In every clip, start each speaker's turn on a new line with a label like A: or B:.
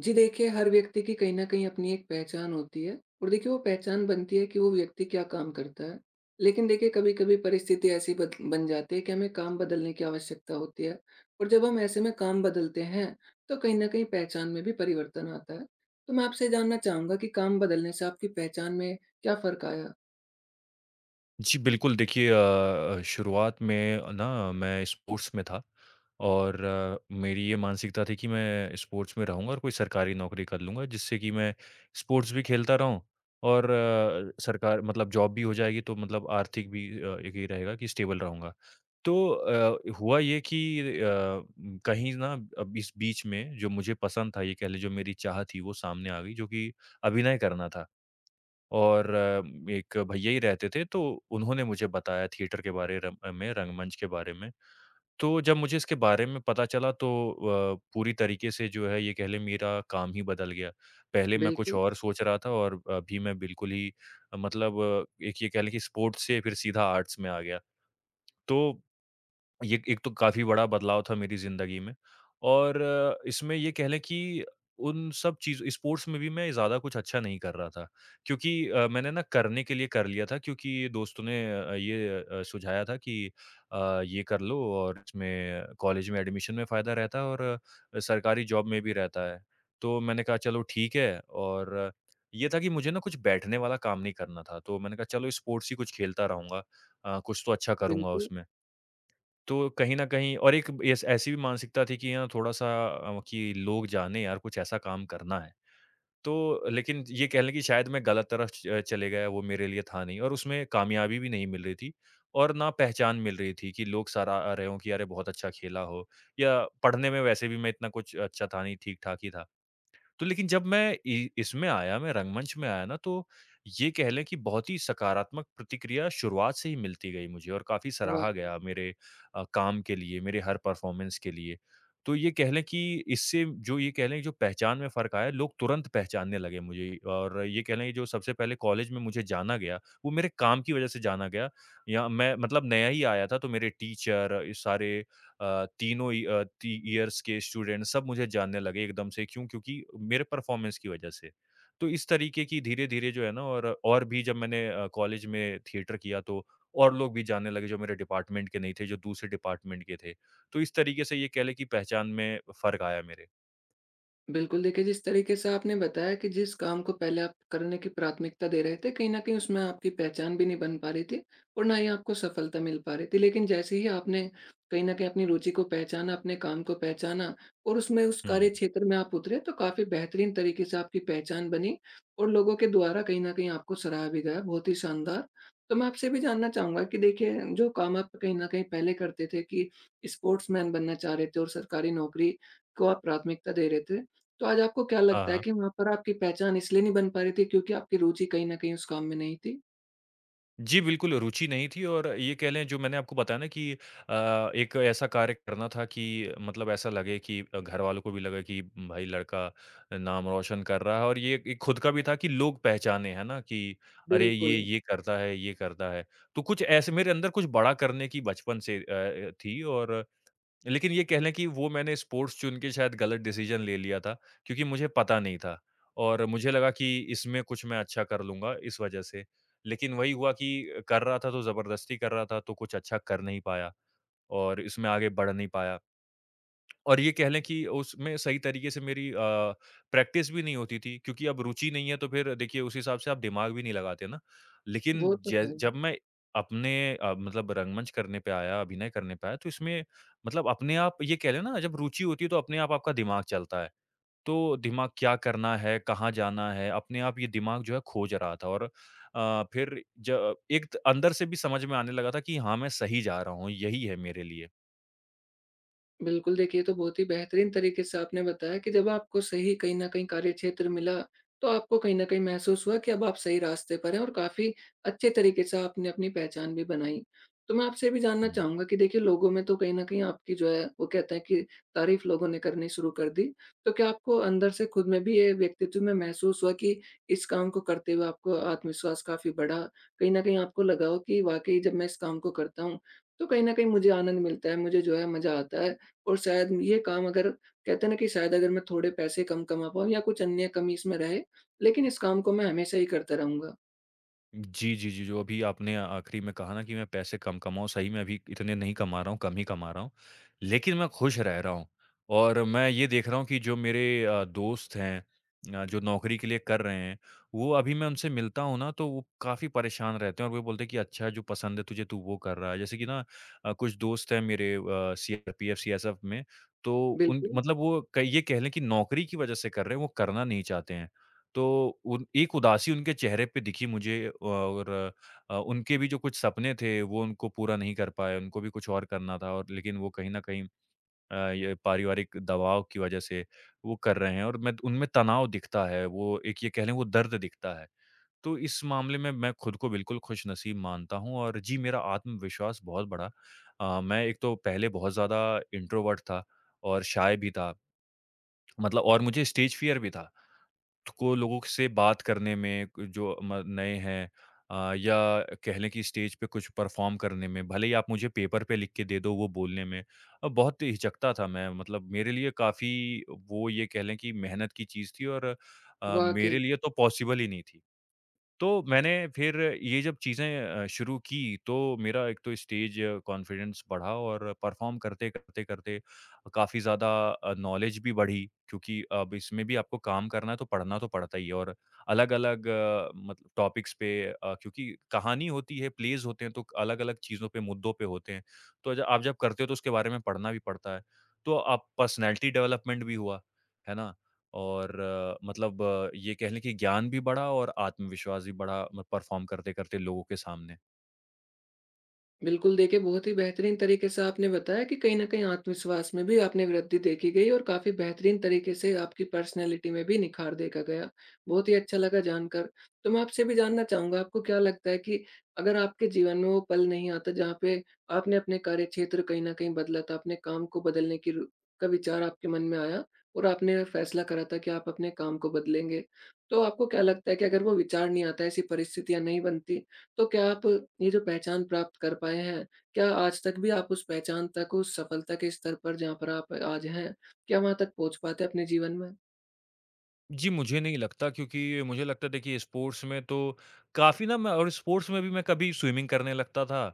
A: जी देखिए, हर व्यक्ति की कहीं न कहीं अपनी एक पहचान होती है और देखिए वो पहचान बनती है कि वो व्यक्ति क्या काम करता है। लेकिन देखिए कभी-कभी परिस्थिति ऐसी बद बन जाती है कि हमें काम बदलने की आवश्यकता होती है और जब हम ऐसे में काम बदलते हैं, तो कहीं न कहीं पहचान में भी परिवर्तन आता है। तो मैं आपसे जानना चाहूँगा कि काम बदलने से आपकी पहचान में क्या फ़र्क आया?
B: जी, बिल्कुल देखिए शुरुआत में ना मैं स्पोर्ट्स में था और मेरी ये मानसिकता थी कि मैं स्पोर्ट्स में रहूँगा और कोई सरकारी नौकरी कर लूँगा जिससे कि मैं स्पोर्ट्स भी खेलता रहूँ और सरकार मतलब जॉब भी हो जाएगी तो मतलब आर्थिक भी एक ये रहेगा कि स्टेबल रहूँगा। तो हुआ ये कि अ, उम, कहीं ना अब इस बीच में जो मुझे पसंद था ये कह लीजिए जो मेरी चाह थी वो सामने आ गई जो कि अभिनय करना था। और एक भैया ही रहते थे, तो उन्होंने मुझे बताया थिएटर के बारे में, रंगमंच के बारे में। तो जब मुझे इसके बारे में पता चला तो पूरी तरीके से जो है ये कह लें मेरा काम ही बदल गया। पहले मैं कुछ
A: बिल्कुल।
B: और सोच रहा था और अभी मैं बिल्कुल ही एक ये कह लें कि स्पोर्ट्स से फिर सीधा आर्ट्स में आ गया। तो ये एक तो काफ़ी बड़ा बदलाव था मेरी ज़िंदगी में और इसमें ये कह लें कि उन सब चीज़ स्पोर्ट्स में भी मैं ज़्यादा कुछ अच्छा नहीं कर रहा था क्योंकि मैंने ना करने के लिए कर लिया था क्योंकि दोस्तों ने सुझाया था कि ये कर लो और इसमें कॉलेज में एडमिशन में फ़ायदा रहता है और सरकारी जॉब में भी रहता है। तो मैंने कहा चलो ठीक है और ये था कि मुझे ना कुछ बैठने वाला काम नहीं करना था, तो मैंने कहा चलो स्पोर्ट्स ही कुछ खेलता रहूँगा, कुछ तो अच्छा करूँगा
A: बिल्कुल।
B: उसमें। तो कहीं न कहीं और एक एस ऐसी भी मानसिकता थी कि हाँ, थोड़ा-सा, कि लोग जाने यार कुछ ऐसा काम करना है। तो लेकिन ये कह लें कि शायद मैं गलत तरफ चले गया, वो मेरे लिए था नहीं और उसमें कामयाबी भी नहीं मिल रही थी और ना पहचान मिल रही थी कि लोग सराह रहे हों कि अरे बहुत अच्छा खेला हो, या पढ़ने में वैसे भी मैं इतना कुछ अच्छा था नहीं, ठीक-ठाक ही था। तो लेकिन जब मैं इ इसमें आया, मैं रंगमंच में आया ना, तो ये कह लें कि बहुत ही सकारात्मक प्रतिक्रिया शुरुआत से ही मिलती गई मुझे और काफ़ी सराहा
A: वाक़ई।
B: गया मेरे काम के लिए, मेरे हर परफ़ॉर्मेंस के लिए। तो ये कह लें कि इससे जो ये कह लें कि जो पहचान में फ़र्क आया, लोग तुरंत पहचानने लगे मुझे और ये कह लें कि जो सबसे पहले कॉलेज में मुझे जाना गया, वो मेरे काम की वज़ह से जाना गया। या मैं मतलब नया ही आया था, तो मेरे टीचर, ये सारे ती ईयर्स के स्टूडेंट सब मुझे जानने लगे एकदम से। क्यों? क्योंकि मेरे परफ़ॉर्मेंस की वज़ह से। तो इस तरीके की धीरे-धीरे जो है ना, और भी जब मैंने कॉलेज में थिएटर किया तो और लोग भी जानने लगे जो मेरे डिपार्टमेंट के नहीं थे, जो दूसरे डिपार्टमेंट के थे। तो इस तरीके से ये कह लें कि पहचान में फ़र्क आया मेरे।
A: बिल्कुल, देखिए जिस तरीके से आपने बताया कि जिस काम को पहले आप करने की प्राथमिकता दे रहे थे, कहीं न कहीं उसमें आपकी पहचान भी नहीं बन पा रही थी और ना ही आपको सफलता मिल पा रही थी। लेकिन जैसे ही आपने कहीं न कहीं अपनी रुचि को पहचाना, अपने काम को पहचाना और उसमें उस
B: हुँ।
A: कार्यक्षेत्र में आप उतरे तो काफ़ी बेहतरीन तरीके से आपकी पहचान बनी और लोगों के द्वारा कहीं न कहीं आपको सराहा भी गया, बहुत ही शानदार। तो मैं आपसे भी जानना चाहूँगा कि देखिए जो काम आप कहीं न कहीं पहले करते थे कि स्पोर्ट्समैन बनना चाह रहे थे और सरकारी नौकरी को आप प्राथमिकता दे रहे थे। तो आज आपको क्या
B: हाँ,
A: लगता है
B: हाँ।
A: कि वहाँ पर आपकी पहचान इसलिए नहीं बन पा रही थी क्योंकि आपकी रुचि कहीं न कहीं उस काम में नहीं थी?
B: जी, बिल्कुल रुचि नहीं थी और ये कह लें जो मैंने आपको बताया ना कि एक ऐसा कार्य करना था कि मतलब ऐसा लगे कि घरवालों को भी लगे कि भाई लड़का नाम रोशन कर रहा है, और ये एक खुद का भी था कि लोग पहचाने, है ना? कि अरे!
A: बिल्कुल।
B: ये करता है, ये करता है। तो कुछ ऐसे मेरे अंदर कुछ बड़ा करने की बचपन से थी, और लेकिन ये कह लें कि वो मैंने स्पोर्ट्स चुन के शायद गलत डिसीजन ले लिया था, क्योंकि मुझे पता नहीं था और मुझे लगा कि इसमें कुछ मैं अच्छा कर लूँगा इस वजह से। लेकिन वही हुआ कि कर रहा था तो ज़बरदस्ती कर रहा था, तो कुछ अच्छा कर नहीं पाया और इसमें आगे बढ़ नहीं पाया। और ये कह लें कि उसमें सही तरीके से मेरी प्रैक्टिस भी नहीं होती थी क्योंकि अब रुचि नहीं है तो फिर देखिए उस हिसाब से आप दिमाग भी नहीं लगाते ना। लेकिन
A: वो तो
B: जै
A: है।
B: जब मैं अपने, मतलब रंगमंच करने पे आया, अभिनय करने पे आया तो इसमें मतलब अपने आप ये कह लें ना, जब रुचि होती है तो अपने आप आपका दिमाग चलता है। तो दिमाग क्या करना है, कहाँ जाना है, अपने आप ये दिमाग जो है खोज रहा था और अ, फिर ज एक अंदर से भी समझ में आने लगा था कि हाँ, मैं सही जा रहा हूँ, यही है मेरे लिए।
A: बिल्कुल, देखिए ये तो बहुत ही बेहतरीन तरीके से आपने बताया कि जब आपको सही कहीं न कहीं कार्यक्षेत्र मिला, तो आपको कहीं न कहीं महसूस हुआ कि अब आप सही रास्ते पर हैं और काफ़ी अच्छे तरीके से आपने अपनी पहचान भी बनाई। तो मैं आपसे ये भी जानना
B: हुँ।
A: चाहूँगा कि देखिए लोगों में तो कहीं न कहीं आपकी जो है वो कहते हैं कि तारीफ़ लोगों ने करनी शुरू कर दी, तो क्या आपको अंदर से खुद में भी ये व्यक्तित्व में महसूस हुआ कि इस काम को करते हुए आपको आत्मविश्वास काफ़ी बढ़ा? कहीं न कहीं आपको लगा हो कि वाक़ई जब मैं इस काम को करता हूँ, तो कहीं न कहीं मुझे आनंद मिलता है, मुझे जो है मज़ा आता है और शायद ये काम अगर कहते हैं ना कि शायद अगर मैं थोड़े पैसे कम कमा पाऊँ या कुछ अन्य कमी इसमें रहे, लेकिन इस काम को मैं हमेशा ही करता रहूँगा।
B: जी, जी, जी, जो अभी आपने आखिरी में कहा ना कि मैं पैसे कम कमाऊँ, सही में अभी इतने नहीं कमा रहा हूँ, कम ही कमा रहा हूँ, लेकिन मैं खुश रह रहा हूँ। और मैं ये देख रहा हूँ कि जो मेरे दोस्त हैं जो नौकरी के लिए कर रहे हैं, वो अभी मैं उनसे मिलता हूँ ना तो वो काफ़ी परेशान रहते हैं और वो बोलते हैं कि अच्छा जो पसंद है तुझे तू वो कर रहा है। जैसे कि ना कुछ दोस्त हैं मेरे, सीआरपीएफ, सीएसएफ में, तो उन
A: बिल्कुल।
B: मतलब वो क ये कह लें कि नौकरी की वजह से कर रहे हैं, वो करना नहीं चाहते हैं। तो उन एक उदासी उनके चेहरे पे दिखी मुझे और उनके भी जो कुछ सपने थे, वो उनको पूरा नहीं कर पाए, उनको भी कुछ और करना था और लेकिन वो कहीं न कहीं ये पारिवारिक दबाव की वजह से वो कर रहे हैं और मैं उनमें तनाव दिखता है, वो एक ये कह लें वो दर्द दिखता है। तो इस मामले में मैं खुद को बिल्कुल खुशनसीब मानता हूँ और जी, मेरा आत्मविश्वास बहुत बढ़ा। मैं एक तो पहले बहुत ज़्यादा इंट्रोवर्ट था और शाय भी था, मतलब और मुझे स्टेज फ़ियर भी था। को लोगों से बात करने में जो म नए हैं, या कह लें कि स्टेज पे कुछ परफ़ॉर्म करने में, भले ही आप मुझे पेपर पे लिख के दे दो वो बोलने में बहुत हिचकता था मैं, मतलब मेरे लिए काफ़ी वो ये कह लें कि मेहनत की चीज़ थी और
A: वाक़ई।
B: मेरे लिए तो पॉसिबल ही नहीं थी। तो मैंने फिर ये जब चीज़ें शुरू की तो मेरा एक तो स्टेज कॉन्फिडेंस बढ़ा और परफ़ॉर्म करते, करते, करते काफ़ी ज़्यादा नॉलेज भी बढ़ी क्योंकि अब इसमें भी आपको काम करना है तो पढ़ना तो पड़ता ही है और अलग-अलग टॉपिक्स पे, क्योंकि कहानी होती है, प्लेज़ होते हैं तो अलग-अलग चीज़ों पे, मुद्दों पे होते हैं। तो ज आप जब करते हो तो उसके बारे में पढ़ना भी पड़ता है। तो अब पर्सनैलिटी डेवलपमेंट भी हुआ, है ना? और ये कह लें कि ज्ञान भी बढ़ा और आत्मविश्वास भी बढ़ा म परफ़ॉर्म करते-करते लोगों के सामने।
A: बिल्कुल देखिए, बहुत ही बेहतरीन तरीके से आपने बताया कि कहीं न कहीं आत्मविश्वास में भी आपने वृद्धि देखी गई और काफ़ी बेहतरीन तरीके से आपकी पर्सनैलिटी में भी निखार देखा गया। बहुत ही अच्छा लगा जानकर। तो मैं आपसे भी जानना चाहूँगा आपको क्या लगता है कि अगर आपके जीवन में वो पल नहीं आता जहाँ पे आपने अपने कार्यक्षेत्र कहीं न कहीं बदला था, अपने काम को बदलने की र का विचार आपके मन में आया और आपने फैसला करा था कि आप अपने काम को बदलेंगे। तो आपको क्या लगता है कि अगर वो विचार नहीं आता, ऐसी परिस्थितियाँ नहीं बनती, तो क्या आप ये जो पहचान प्राप्त कर पाए हैं, क्या आज तक भी आप उस पहचान तक, उस सफलता के स्तर पर जहाँ पर आप आज हैं, क्या वहाँ तक पहुँच पाते हैं अपने जीवन में?
B: जी, मुझे नहीं लगता क्योंकि मुझे लगता है देखिए स्पोर्ट्स में तो काफ़ी ना मैं, और स्पोर्ट्स में भी मैं कभी स्विमिंग करने लगता था,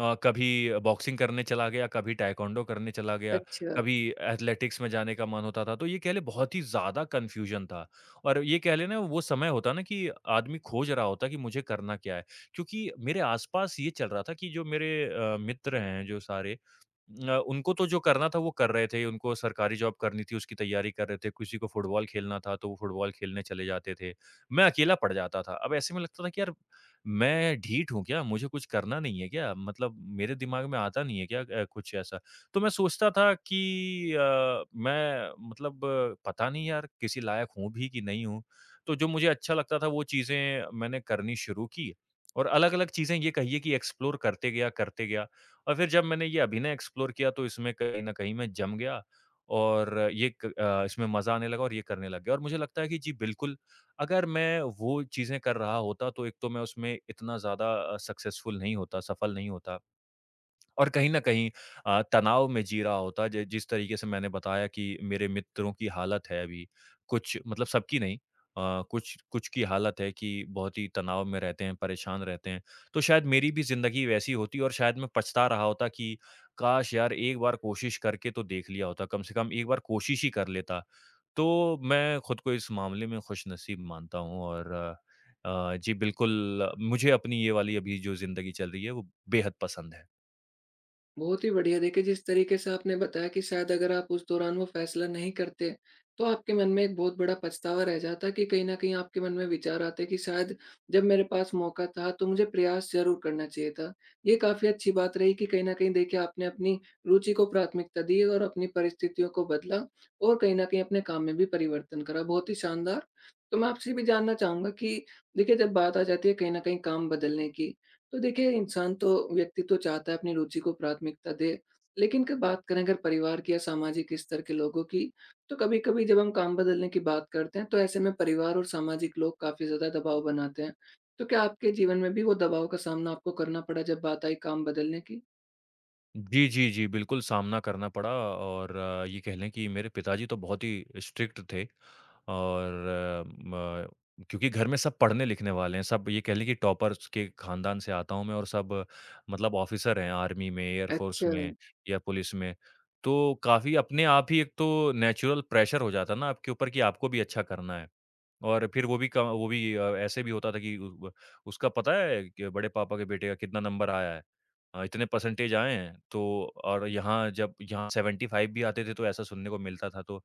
B: कभी बॉक्सिंग करने चला गया, कभी तायक्वांडो करने चला गया,
A: अच्छा।
B: कभी एथलेटिक्स में जाने का मन होता था, तो ये कह लें बहुत ही ज़्यादा कन्फ्यूज़न था। और ये कह लें ना वो समय होता ना कि आदमी खोज रहा होता कि मुझे करना क्या है? क्योंकि मेरे आस-पास ये चल रहा था कि जो मेरे मित्र हैं जो सारे, उनको तो जो करना था वो कर रहे थे, उनको सरकारी जॉब करनी थी, उसकी तैयारी कर रहे थे, किसी को फुटबॉल खेलना था तो वो फुटबॉल खेलने चले जाते थे। मैं अकेला पड़ जाता था, अब ऐसे में लगता था कि यार मैं ढीठ हूँ क्या? मुझे कुछ करना नहीं है क्या? मतलब मेरे दिमाग में आता नहीं है क्या कुछ ऐसा? तो मैं सोचता था कि पता नहीं यार किसी लायक हूँ भी कि नहीं हूँ? तो जो मुझे अच्छा लगता था वो चीज़ें मैंने करनी शुरू की। और अलग-अलग चीज़ें, ये कहिए कि एक्सप्लोर करते गया, करते गया। और फिर जब मैंने ये अभिनय एक्सप्लोर किया तो इसमें कहीं न कहीं मैं जम गया, और इसमें मज़ा आने लगा और ये करने लग गया। और मुझे लगता है कि जी बिल्कुल, अगर मैं वो चीज़ें कर रहा होता तो एक तो मैं उसमें इतना ज़्यादा सक्सेसफुल नहीं होता, सफल नहीं होता। और कहीं न कहीं तनाव में जी रहा होता, जि जिस तरीके से मैंने बताया कि मेरे मित्रों की हालत है अभी। कुछ मतलब सबकी नहीं, कुछ कुछ की हालत है कि बहुत ही तनाव में रहते हैं, परेशान रहते हैं। तो शायद मेरी भी ज़िंदगी वैसी होती और शायद मैं पछता रहा होता कि काश यार, एक बार कोशिश करके तो देख लिया होता, कम से कम एक बार कोशिश ही कर लेता। तो मैं खुद को इस मामले में खुशनसीब मानता हूँ, और जी बिल्कुल, मुझे अपनी ये वाली अभी जो ज़िंदगी चल रही है वो बेहद पसंद है।
A: बहुत ही बढ़िया। देखिए, जिस तरीके से आपने बताया कि शायद अगर आप उस दौरान वो फ़ैसला नहीं करते, तो आपके मन में एक बहुत बड़ा पछतावा रह जाता कि कहीं न कहीं आपके मन में विचार आते कि शायद जब मेरे पास मौका था, तो मुझे प्रयास ज़रूर करना चाहिए था। ये काफ़ी अच्छी बात रही कि कहीं न कहीं देखिए आपने अपनी रुचि को प्राथमिकता दी और अपनी परिस्थितियों को बदला और कहीं न कहीं अपने काम में भी परिवर्तन करा। बहुत ही शानदार। तो मैं आपसे ये भी जानना चाहूँगा कि देखिए, जब बात आ जाती है कहीं न कहीं काम बदलने की, तो देखिए इंसान तो व्यक्ति तो चाहता है अपनी रुचि को प्राथमिकता दे, लेकिन क बात करें अगर परिवार की या सामाजिक स्तर के लोगों की, तो कभी-कभी जब हम काम बदलने की बात करते हैं, तो ऐसे में परिवार और सामाजिक लोग काफ़ी ज़्यादा दबाव बनाते हैं। तो क्या आपके जीवन में भी वो दबाव का सामना आपको करना पड़ा जब बात आई काम बदलने की?
B: जी, जी, जी, बिल्कुल सामना करना पड़ा, और ये कह लें कि मेरे पिताजी तो बहुत ही स्ट्रिक्ट थे। और अ, म क्योंकि घर में सब पढ़ने-लिखने वाले हैं, सब ये कह लें कि टॉपर्स के खानदान से आता हूँ मैं, और सब मतलब ऑफ़िसर हैं आर्मी में, एयर फ़ोर्स
A: अच्छा।
B: में या पुलिस में। तो काफ़ी अपने आप ही एक तो नेचुरल प्रेशर हो जाता है ना आपके ऊपर कि आपको भी अच्छा करना है। और फिर वो भी ऐसे भी होता था कि उ ब उसका पता है कि बड़े पापा के बेटे का कितना नंबर आया है? इतने परसेंटेज आए हैं, तो। और यहाँ जब यहाँ 75 भी आते थे तो ऐसा सुनने को मिलता था, तो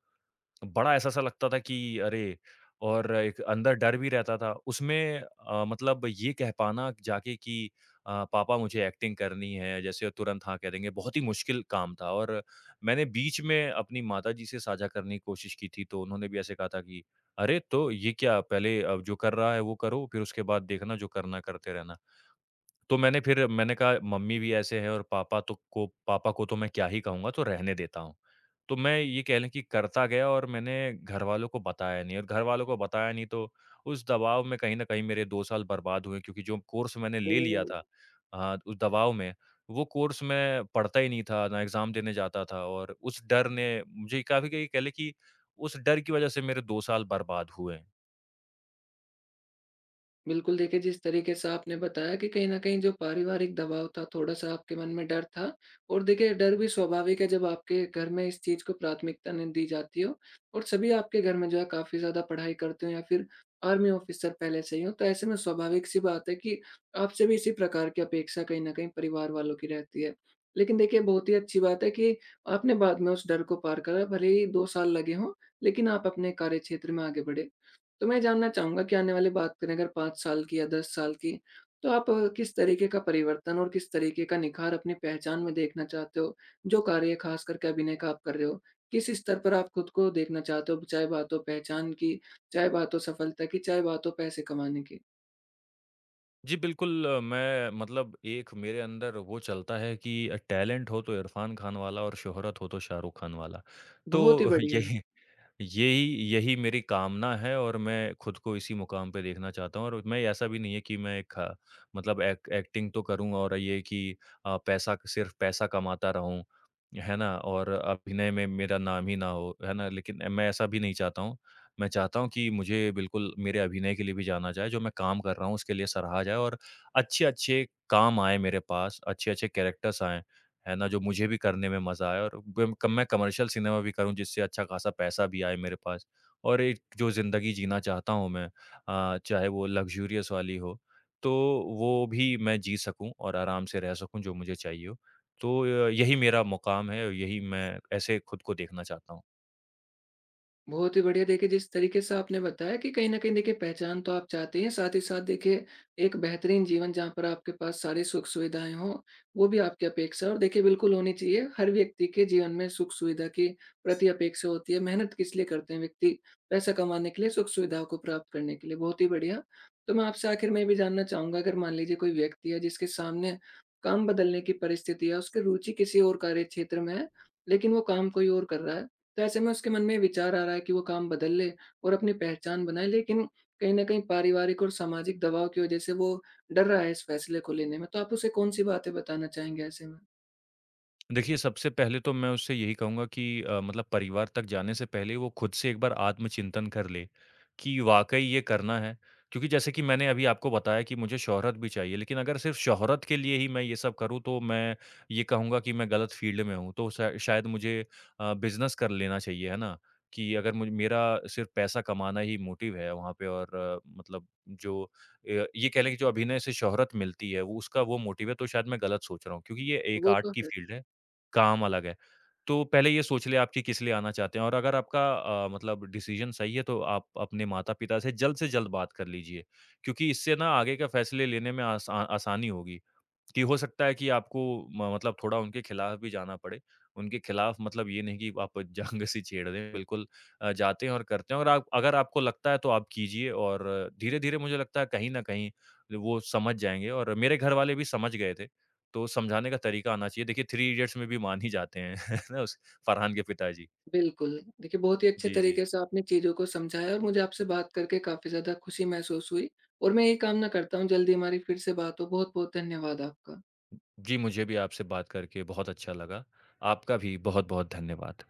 B: बड़ा ऐसा-सा लगता था कि अरे! और एक अंदर डर भी रहता था। उसमें मतलब ये कह पाना जाके कि पापा, मुझे एक्टिंग करनी है, जैसे वो तुरंत हाँ कह देंगे, बहुत ही मुश्किल काम था। और मैंने बीच में अपनी माताजी से साझा करने की कोशिश की थी, तो उन्होंने भी ऐसे कहा था कि, "अरे! तो ये क्या, पहले अब जो कर रहा है वो करो, फिर उसके बाद देखना जो करना करते रहना।" तो मैंने फिर मैंने कहा, मम्मी भी ऐसे हैं, और पापा को तो मैं क्या ही कहूँगा, तो रहने देता हूँ। तो मैं, ये कह लें कि, करता गया। और मैंने घरवालों को बताया नहीं, और घरवालों को बताया नहीं तो उस दबाव में कहीं न कहीं मेरे 2 साल बर्बाद हुए, क्योंकि जो कोर्स मैंने ले लिया
A: ओह!
B: था उस दबाव में, वो कोर्स मैं पढ़ता ही नहीं था, ना एग्ज़ाम देने जाता था। और उस डर ने मुझे काफ़ी, कहीं कह लें कि उस डर की वज़ह से मेरे 2 साल बर्बाद हुए।
A: बिल्कुल, देखिए जिस तरीके से आपने बताया कि कहीं न कहीं जो पारिवारिक दबाव था, थोड़ा-सा आपके मन में डर था और देखिए डर भी स्वाभाविक है जब आपके घर में इस चीज़ को प्राथमिकता नहीं दी जाती हो और सभी आपके घर में जो है काफ़ी ज़्यादा पढ़ाई करते हो या फिर आर्मी ऑफिसर पहले से ही हो, तो ऐसे में स्वाभाविक-सी बात है कि आपसे भी इसी प्रकार की अपेक्षा कहीं न कहीं परिवार वालों की रहती है। लेकिन देखिए बहुत ही अच्छी बात है कि आपने बाद में उस डर को पार करा, भले ही 2 साल लगे हों, लेकिन आप अपने कार्यक्षेत्र में आगे बढ़े। तो मैं जानना चाहूँगा कि आने वाली बात करें अगर 5 साल की या 10 साल की, तो आप किस तरीके का परिवर्तन और किस तरीके का निखार अपनी पहचान में देखना चाहते हो? जो कार्य ख़ास करके अभिनय का आप कर रहे हो, किस स्तर पर आप खुद को देखना चाहते हो? चाहे बात हो पहचान की, चाहे बात हो सफलता की, चाहे बात हो पैसे कमाने की?
B: जी, बिल्कुल। मैं मतलब, एक मेरे अंदर वो चलता है कि टैलेंट हो तो इरफ़ान खान वाला और शोहरत हो तो शाहरुख़ खान वाला। तो
A: बहुत ही बढ़िया।
B: यही यही यही मेरी कामना है, और मैं खुद को इसी मुकाम पे देखना चाहता हूँ। और मैं, ऐसा भी नहीं है कि मैं मतलब एक एक्टिंग तो करूँ, और ये कि पैसा, सिर्फ़ पैसा कमाता रहूँ, है ना? और अभिनय में मेरा नाम ही ना हो, है ना? लेकिन मैं ऐसा भी नहीं चाहता हूँ। मैं चाहता हूँ कि मुझे बिल्कुल मेरे अभिनय के लिए भी जाना जाए, जो मैं काम कर रहा हूँ उसके लिए सराहा जाए, और अच्छे-अच्छे काम आएँ मेरे पास, अच्छे-अच्छे कैरेक्टर्स आएँ। है ना? जो मुझे भी करने में मज़ा आए, और बिम कम मैं कमर्शियल सिनेमा भी करूँ जिससे अच्छा खासा पैसा भी आए मेरे पास। और एक जो ज़िंदगी जीना चाहता हूँ मैं, चाहे वो लग्ज़ूरियस वाली हो, तो वो भी मैं जी सकूँ और आराम से रह सकूँ, जो मुझे चाहिए हो। तो यही मेरा मुक़ाम है, और यही मैं ऐसे खुद को देखना चाहता हूँ।
A: बहुत ही बढ़िया देखिए जिस तरीके से आपने बताया कि कहीं न कहीं देखिए पहचान तो आप चाहते हैं, साथ ही साथ देखिए एक बेहतरीन जीवन जहाँ पर आपके पास सारी सुख-सुविधाएँ हों, वो भी आपकी अपेक्षा है और देखिए बिल्कुल होनी चाहिए। हर व्यक्ति के जीवन में सुख-सुविधा के प्रति अपेक्षा होती है। मेहनत किस लिए करते हैं व्यक्ति? पैसा कमाने के लिए, सुख-सुविधाओं को प्राप्त करने के लिए। बहुत ही बढ़िया। तो मैं आपसे आखिर में ये भी जानना चाहूँगा अगर मान लीजिए कोई व्यक्ति है जिसके सामने काम बदलने की परिस्थिति है, उसकी रुचि किसी और कार्यक्षेत्र में है, लेकिन वो काम कोई और कर रहा है। तो ऐसे में उसके मन में विचार आ रहा है कि वो काम बदल ले और अपनी पहचान बनाए लेकिन कहीं न कहीं पारिवारिक और सामाजिक दबाव की वजह से वो डर रहा है इस फैसले को लेने में, तो आप उसे कौन-सी बातें बताना चाहेंगे ऐसे में?
B: देखिए, सबसे पहले तो मैं उससे यही कहूँगा कि मतलब परिवार तक जाने से पहले वो खुद से एक बार आत्मचिंतन कर ले, कि वाक़ई ये करना है। क्योंकि जैसे कि मैंने अभी आपको बताया कि मुझे शोहरत भी चाहिए, लेकिन अगर सिर्फ़ शोहरत के लिए ही मैं ये सब करूँ, तो मैं ये कहूँगा कि मैं गलत फ़ील्ड में हूँ। तो श शायद मुझे बिज़नेस कर लेना चाहिए, है ना? कि अगर मुझ मेरा सिर्फ़ पैसा कमाना ही मोटिव है वहाँ पे, और मतलब जो ये कह लें कि जो अभिनय से शोहरत मिलती है, वो उसका वो मोटिव है, तो शायद मैं गलत सोच रहा हूँ। क्योंकि ये एक
A: वो
B: आर्ट
A: तो
B: की
A: है।
B: फ़ील्ड है। काम अलग है। तो पहले ये सोच लें आप कि किस लिए आना चाहते हैं, और अगर आपका मतलब डिसीज़न सही है, तो आप अपने माता-पिता से जल्द बात कर लीजिए। क्योंकि इससे ना आगे का फ़ैसले लेने में आसानी होगी। कि हो सकता है कि आपको म मतलब थोड़ा उनके खिलाफ भी जाना पड़े। उनके खिलाफ मतलब ये नहीं कि आप जंग सी छेड़ दें, बिल्कुल जाते हैं और करते हैं, और आप अगर आपको लगता है तो आप कीजिए, और धीरे-धीरे मुझे लगता है कहीं न कहीं वो समझ जाएँगे। और मेरे घरवाले भी समझ गए थे, तो समझाने का तरीका आना चाहिए। देखिए, थ्री इडियट्स में भी मान ही जाते हैं, है ना, उस फरहान के पिताजी।
A: बिल्कुल, देखिए बहुत ही अच्छे
B: जी, जी।
A: तरीके से आपने चीज़ों को समझाया और मुझे आपसे बात करके काफ़ी ज़्यादा खुशी महसूस हुई और मैं यही कामना करता हूँ जल्दी हमारी फिर से बात हो। बहुत-बहुत धन्यवाद आपका।
B: जी, मुझे भी आपसे बात करके बहुत अच्छा लगा। आपका भी बहुत-बहुत धन्यवाद।